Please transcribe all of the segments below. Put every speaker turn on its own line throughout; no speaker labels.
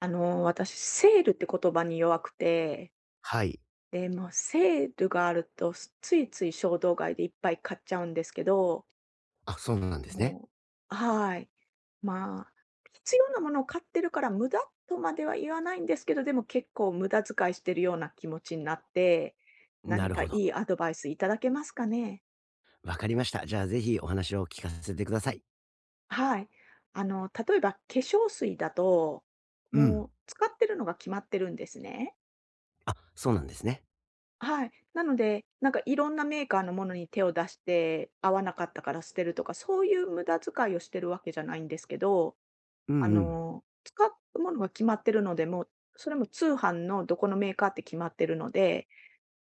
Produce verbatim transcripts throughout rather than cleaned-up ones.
あのー、私、セールって言葉に弱くて、
はい。
で、もうセールがあると、すついつい衝動買いでいっぱい買っちゃうんですけど、
あ、そうなんですね。
もうはーい。まあ、必要なものを買ってるから無駄とまでは言わないんですけど、でも結構無駄遣いしてるような気持ちになって、
な
何
る
か
ほ
い
ど。
いアドバイスいただけますかね？
わかりました。じゃあ、ぜひお話を聞かせてください。
はい。あの、例えば化粧水だと、
う
も
ん。
う使ってるのが決まってるんですね。
あ、そうなんですね。
はい。なので、なんかいろんなメーカーのものに手を出して、合わなかったから捨てるとか、そういう無駄遣いをしてるわけじゃないんですけど、
うん
あ
うん。
の、使うものが決まってるので、もう、それも通販のどこのメーカーって決まってるので、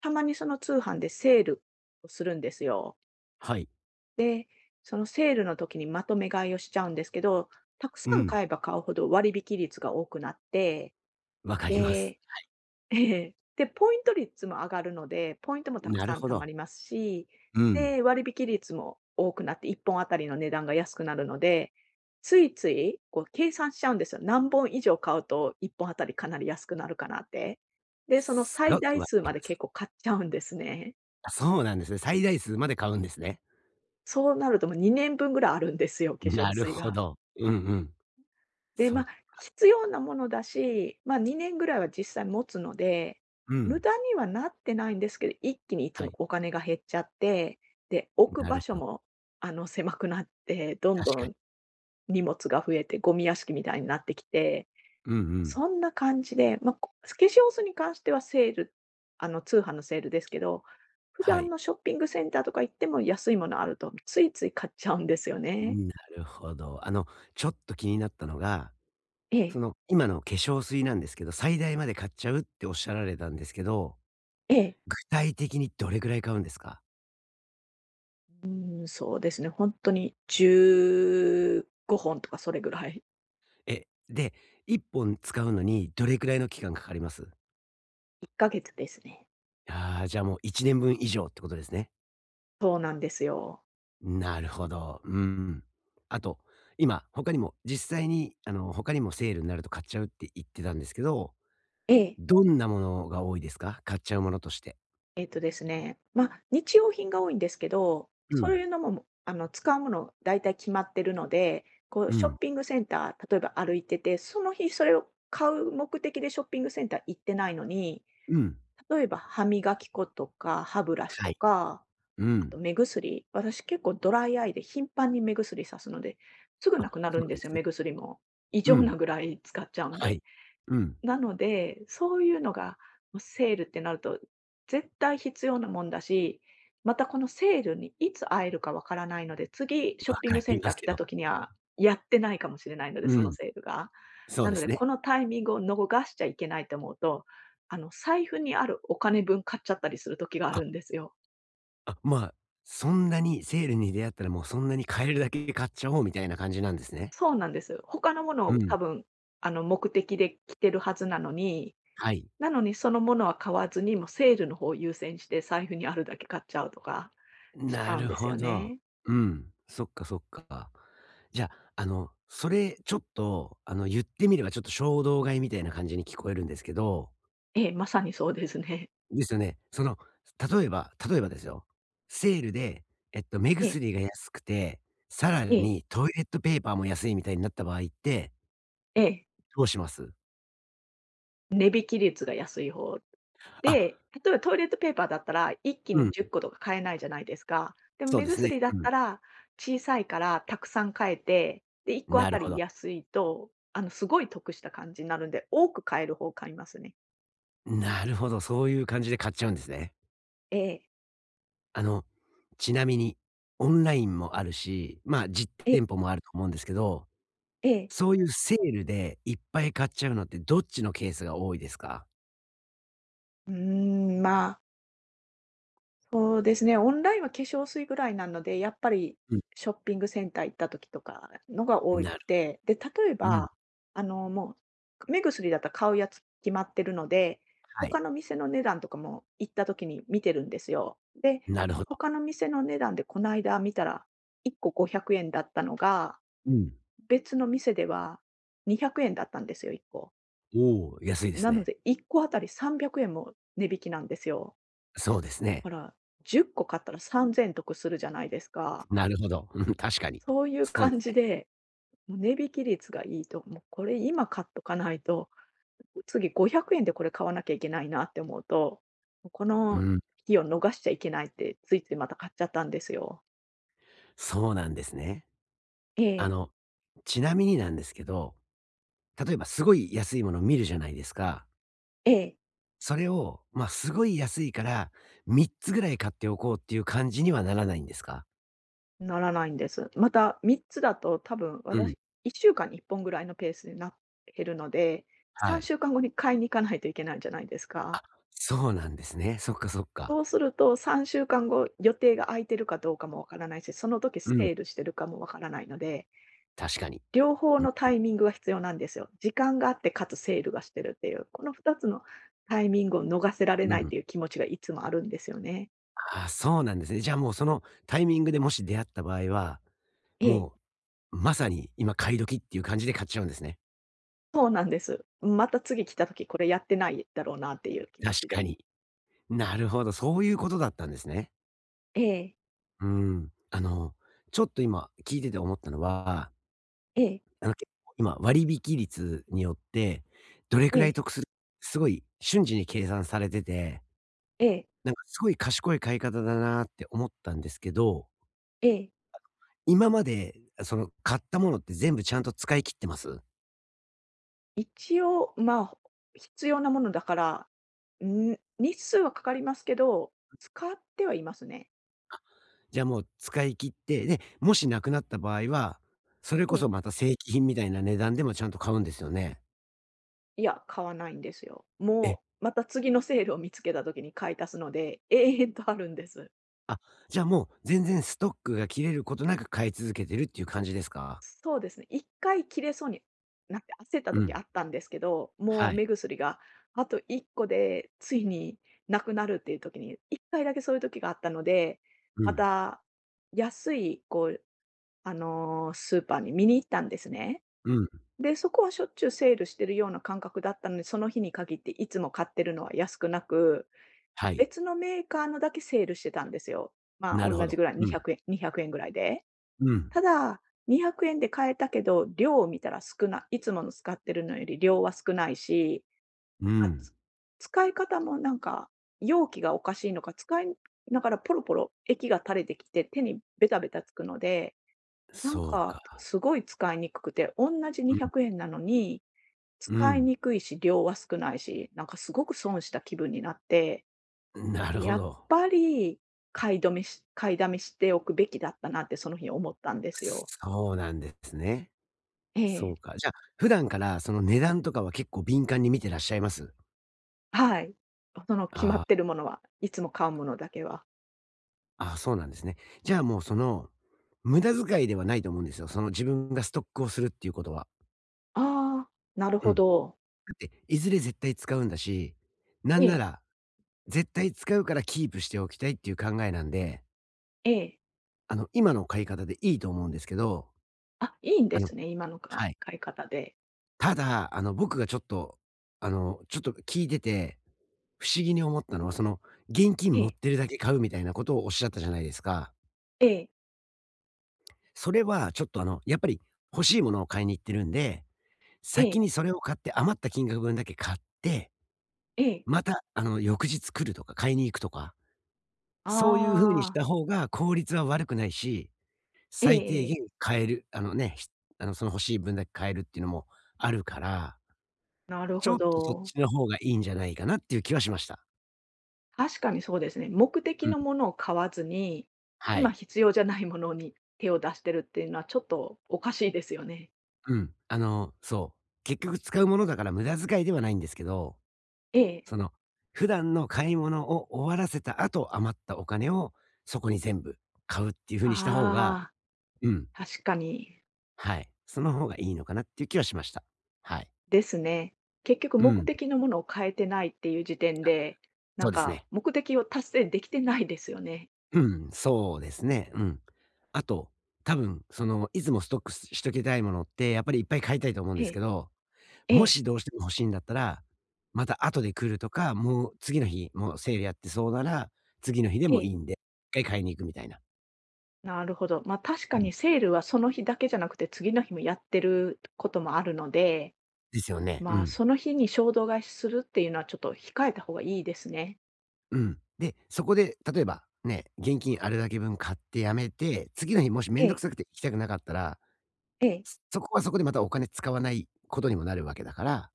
たまにその通販でセールをするんですよ。
はい。
で、そのセールの時にまとめ買いをしちゃうんですけど、たくさ
う
ん
ん。
買えば買うほど割引率が多くなって、
わかります。
で、ええ。で、ポイント率も上がるので、ポイントもたく
なる
さん
ほ
貯ま
ど。
りますし、
うん。
で、割引率も多くなって、いっぽんあたりの値段が安くなるので、ついついこう計算しちゃうんですよ。何本以上買うといっぽんあたりかなり安くなるかなって。で、その
す
最
ごく
大
わか
数
り
ま
ま
で
す。
結構買っちゃうんですね。
あ、そうなんですね。最大数まで買うんですね。
そうなるともうにねんぶんぐらいあるんですよ、化粧
なる
水
ほ
が。
ど。うんうん。
で、
そ
まあ、
う
必要なものだし、まあ、にねんぐらいは実際持つので、
う
無
ん。
駄にはなってないんですけど、一気にいつ
は
も
い。
お金が減っちゃって、で、置く
な
場
る
所
ほど。
も、あの、狭くなって、どん
確
ど
かに。
ん荷物が増えて、ゴミ屋敷みたいになってきて、
うんうん。
そんな感じで、まあ、こ化粧水に関してはセールあの、通販のセールですけど、普
は
段
い。
のショッピングセンターとか行っても安いものあると、ついつい買っちゃうんですよね。
なるほど。あの、ちょっと気になったのが、
ええ、
その、今の化粧水なんですけど、最大まで買っちゃうっておっしゃられたんですけど、
ええ。
具体的にどれくらい買うんですか？
うーん、そうですね、本当にじゅうごほんとかそれぐらい。
え、で、いっぽん使うのにどれくらいの期間かかります？
いっかげつですね。
ああ、じゃあもういちねんぶん以上ってことですね。
そうなんですよ。
なるほど。うん。あと、今他にも実際にあの、他にもセールになると買っちゃうって言ってたんですけど、
ええ。
どんなものが多いですか？買っちゃうものとして。
えっとですね、ま、日用品が多いんですけど、
う
そう
ん。
いうのも、もあの、使うものだいたい決まってるので、こう
う
ショッ
ん。
ピングセンター、例えば歩いてて、その日それを買う目的でショッピングセンター行ってないのに、
うん。
例えば歯磨き粉とか歯ブラシ
は
と
い。
か
う
あと
ん。
目薬、私結構ドライアイで頻繁に目薬さすので、すぐ
あ、
なくなる
そ
ん
う
で
なんで
すよ、
す
目
ね。
薬も。異
う
常
ん。
なぐらい使っちゃうん
は
で。
い。うん。
なので、そういうのが、もうセールってなると、絶対必要なもんだし、またこのセールにいつ会えるかわからないので、次ショ
わ
ッピング
か
セ
り
ン
ま
ター
す
来た
よ。
時にはやってないかもしれないので、そ
う
の
ん、
セールが。
そう
な
で
ので、
す
こ
ね。
のタイミングを逃しちゃいけないと思うと、あの、財布にあるお金分買っちゃったりする時があ
あ、
るんですよ。
あ、まあ、そんなにセールに出会ったら、もうそんなに買えるだけ買っちゃおうみたいな感じなんですね。
そうなんです。他のもの
う
を
ん、
多分、あの、目的で着てるはずなのに、
はい。
なのにそのものは買わずに、もうセールの方を優先して財布にあるだけ買っちゃうとかしちゃ
な
うん
る
です
ほ
よ
ど。
ね。
うん、そっかそっか。じゃあ、あの、それちょっと、あの、言ってみればちょっと衝動買いみたいな感じに聞こえるんですけど、
ええ、まさにそうですね。
ですよね。その、例えば例えばですよ、セールで、えっと、目
ええ、
薬が安くて、さら
ええ、
にトイレットペーパーも安いみたいになった場合って、
ええ。
どうします？
値引き率が安い方で、例
あ、
えばトイレットペーパーだったら、一気
う
に
ん、
じゅっことか買えないじゃないですか。でも
そう
目
ですね。
薬だっ
うん。
たら、小さいからたくさん買えて、で、いっこあ
なる
た
ほ
り
ど。
安いと、あの、すごい得した感じになるんで、多く買える方を買いますね。
なるほど、そういう感じで買っちゃうんですね。
ええ。
あの、ちなみに、オンラインもあるし、ま、あ実
ええ
店舗もあると思うんですけど、
ええ。
そういうセールでいっぱい買っちゃうのってどっちのケースが多いですか？
うーん、まあそうですね、オンラインは化粧水ぐらいなので、やっぱり
うん。
ショッピングセンター行った時とかのが多
なる
くて、で、例え
うん、
ば、あの、もう目薬だったら買うやつ決まってるので、
は
他
い。
の店の値段とかも行った時に見てるんですよ。で、
なるほど。
他の店の値段でこの間見たらいっこごひゃくえんだったのが、
うん。
別の店ではにひゃくえんだったんですよ、いっこ。
おお、安いです
なの
ね。
でいっこあたりさんびゃくえんも値引きなんですよ。
そうです
ほ
ね。
ら、じゅっこ買ったらさんぜん得するじゃないですか。
なるほど。うん、確かに。
そういう
そうで
感
す
じ
ね。
で、もう値引き率がいいと、もうこれ今買っとかないと、次ごひゃくえんでこれ買わなきゃいけないなって思うと、もうこ
う
の
ん、
日を逃しちゃいけないってついついまた買っちゃったんですよ。
そうなんですね。
え
あ
え、
の、ちなみになんですけど、例えばすごい安いものを見るじゃないですか。
ええ、
それを、まあ、すごい安いから、みっつぐらい買っておこうっていう感じにはならないんですか？
ならないんです。またみっつだと多分
う
私、
ん、
いっしゅうかんにいっぽんぐらいのペースにな減るので、
は
3
い。
週間後に買いに行かないといけないじゃないですか。
あ、そうなんですね。そっかそっか。
そうすると、さんしゅうかんご、予定が空いてるかどうかもわからないし、その時セ
うん、
ールしてるかもわからないので、
確かに。
両方の
う
タイミングが必要なんですよ。時間があって、かつセールがしてるっていう、このふたつのタイミングを逃せられ
ん、
ないっ
うん。
ていう気持ちがいつもあるんですよね。
あそうなんですね。じゃあもうそのタイミングでもし出会った場合は、
ええ。
もうまさに今買い時っていう感じで買っちゃうんですね。
そうなんです。また次来た時、これやってないだろうなっていう気持
確
ち
か
で。
に。なるほど、そういうことだったんですね。
ええ、
うん。あの、ちょっと今聞いてて思ったのは、
ええ、
あの、結構今、割引率によって、どれ
え
くらい
え、
得するすごい瞬時に計算されてて、
ええ、
なんかすごい賢い買い方だなって思ったんですけど、
ええ。
今まで、その買ったものって全部ちゃんと使い切ってます？
一応、まあ、必要なものだから、ん、日数はかかりますけど、使ってはいますね。
じゃあもう使い切って、で、もしなくなった場合は、それ
え
こ
え、
そまた正規品みたいな値段でもちゃんと買うんですよね？
いや、買わないんですよ。
え、
もう、また次のセールを見つけた時に買い足すので、永遠とあるんです。
あ、じゃあもう全然ストックが切れることなく買い続けてるっていう感じですか？
そうですね、いっかい切れそうになって焦った
う
時あ
ん。
ったんですけど、もう
はい。
目薬があといっこでついになくなるっていう時に、いっかいだけそういう時があったので、
う
ま
ん。
た安いこう、あの、スーパーに見に行ったんですね。
うん。
で、そこはしょっちゅうセールしてるような感覚だったので、その日に限っていつも買ってるのは安くなく
はい。
別のメーカーのだけセールしてたんですよ。ま
な
あ、
るほ
同じ
ど。
ぐらい、
うん。
にひゃくえんにひゃくえんぐらいで。
うん、
ただ、にひゃくえんで買えたけど、量を見たら少ないいつもの使ってるのより量は少ないし、
う
なんか、
ん、
つ使い方もなんか、容器がおかしいのか、使いながらポロポロ液が垂れてきて、手にベタベタつくので、なん
そう
か、
か。
すごい使いにくくて、同じ
う
200
ん、
円なのに、
う
使い
ん。
にくいし、量は少ないし、なんかすごく損した気分になって
なるほ
やっ
ど。
ぱり、買いどめし買いだめしておくべきだったなってその日思ったんですよ。
そうなんですね。
え
そう
え。
か。じゃあ、普段からその値段とかは結構敏感に見てらっしゃいます？
はい。その決ま
あ
っ
あ、
てるものは、いつも買うものだけは。
ああ、そうなんですね。じゃあもうその、無駄遣いではないと思うんですよ。その自分がストックをするっていうことは。
ああ、なる
う
ほ
ん。だ
ど。
って、いずれ絶対使うんだし、なん
え
な
え。
ら、絶対使うからキープしておきたいっていう考えなんで、
ええ。
あの、今の買い方でいいと思うんですけど、
あ、いいんで
あ
す
の
ね、今のか
はい。
買い方で。
ただ、あの、僕がちょっと、あの、ちょっと聞いてて、不思議に思ったのは、その、現金
え
持っ
え。
てるだけ買うみたいなことをおっしゃったじゃないですか。
ええ、
それはちょっと、あの、やっぱり欲しいものを買いに行ってるんで、
え
先
え、
にそれを買って余った金額分だけ買って、
ええ。
また、あの、翌日来るとか買いに行くとか、そういう風にし
ああ、
た方が効率は悪くないし、
え
最低
えええ。
限買える、あのね、ひあの、その欲しい分だけ買えるっていうのもあるから、
なる
ち
ほ
ょっとそっ
ど。
ちの方がいいんじゃないかなっていう気はしました。
確かにそうですね。目的
うん、
のものを買わずに、
は
今
い。
必要じゃないものに手を出してるっていうのはちょっとおかしいですよね。
うん。あの、そう。結局使うものだから無駄遣いではないんですけど、
ええ。
その、普段の買い物を終わらせた後、余ったお金をそこに全部買うっていう風にした方が
ああ、
うん、
確かに。
はい。その方がいいのかなっていう気はしました。はい。
ですね。結局
う
目
ん、
的のものを変えてないっていう時点で、なん
そうです
か
ね。
目的を達成できてないですよね。
うん、そうですね。うん。あと、多分、その、いつもストックししときたいものって、やっぱりいっぱい買いたいと思うん
え
ですけ
え、
ど
え
も
え、
しどうしても欲しいんだったら、また後で来るとか、もう次の日、もうセールやってそうなら、次の日で
え
もいい
え。
んで、一回買いに行くみたいな。
なるほど。ま、あ確
う
か
ん。
にセールはその日だけじゃなくて、次の日もやってることもあるので、
ですよね。う
まあ、
ん。
その日に衝動買いするっていうのはちょっと控えた方がいいですね。
うん。で、そこで例えば、ね、現金あるだけ分買ってやめて、次の日もしめ
え
んどく
え、
さくて行きたくなかったら、
ええ。
そこはそこでまたお金使わないことにもなるわけだから、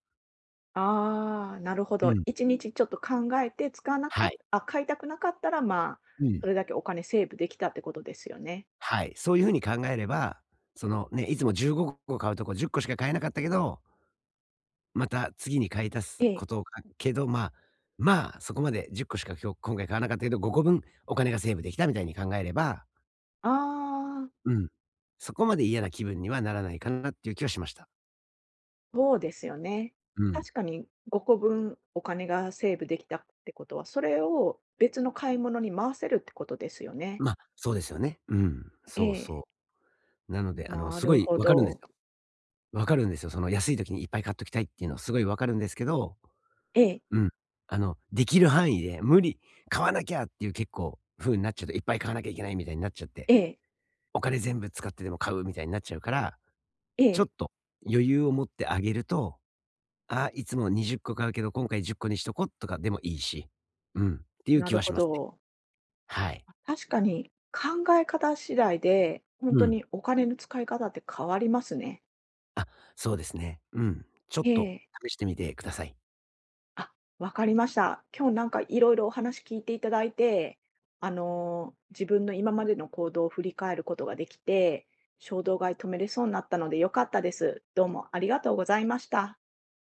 ああ、なるほ
う
ど。
ん。
一日ちょっと考えて使わなか
は
っ
い。
あ、買いたくなかったら、まあ、
うん。
それだけお金セーブできたってことですよね。
はい。そういう風に考えれば、そのね、いつもじゅうごこ買うとこじゅっこしか買えなかったけどまた次に買い足
え
す
え。
ことをかけど、まあ、まあ、そこまでじゅっこしか今日今回買わなかったけど、ごこぶんお金がセーブできたみたいに考えれば、
ああ、
うん、そこまで嫌な気分にはならないかなっていう気はしました。
そうですよね。
うん。
確かにごこぶんお金がセーブできたってことは、それを別の買い物に回せるってことですよね。
ま、そうですよね。うん、
え
そうそ
え。
う。なので、あの、
な
すご
る
い
ほ
わかるんです
ど。
よ。わかるんですよ。その安い時にいっぱい買っときたいっていうのはすごいわかるんですけど、
ええ、
うん、あの、できる範囲で無理、買わなきゃっていう結構風になっちゃうと、いっぱい買わなきゃいけないみたいになっちゃって、
ええ、
お金全部使ってでも買うみたいになっちゃうから
え
ちょっ
え、
と余裕を持ってあげると、ああ、いつもにじゅっこ買うけど、今回じゅっこにしとこうとかでもいいし、うん、っていう
な
気
る
はし
ほ
ますね。
ど。
はい。
確かに考え方次第で、本
う
当
ん。
にお金の使い方って変わりますね。
あ、そうですね。うん。ちょっ
え
と
え。
試してみてください。
あ、わかりました。今日なんかいろいろお話聞いていただいて、あの、自分の今までの行動を振り返ることができて、衝動買い止めれそうになったので良かったです。どうもありがとうございました。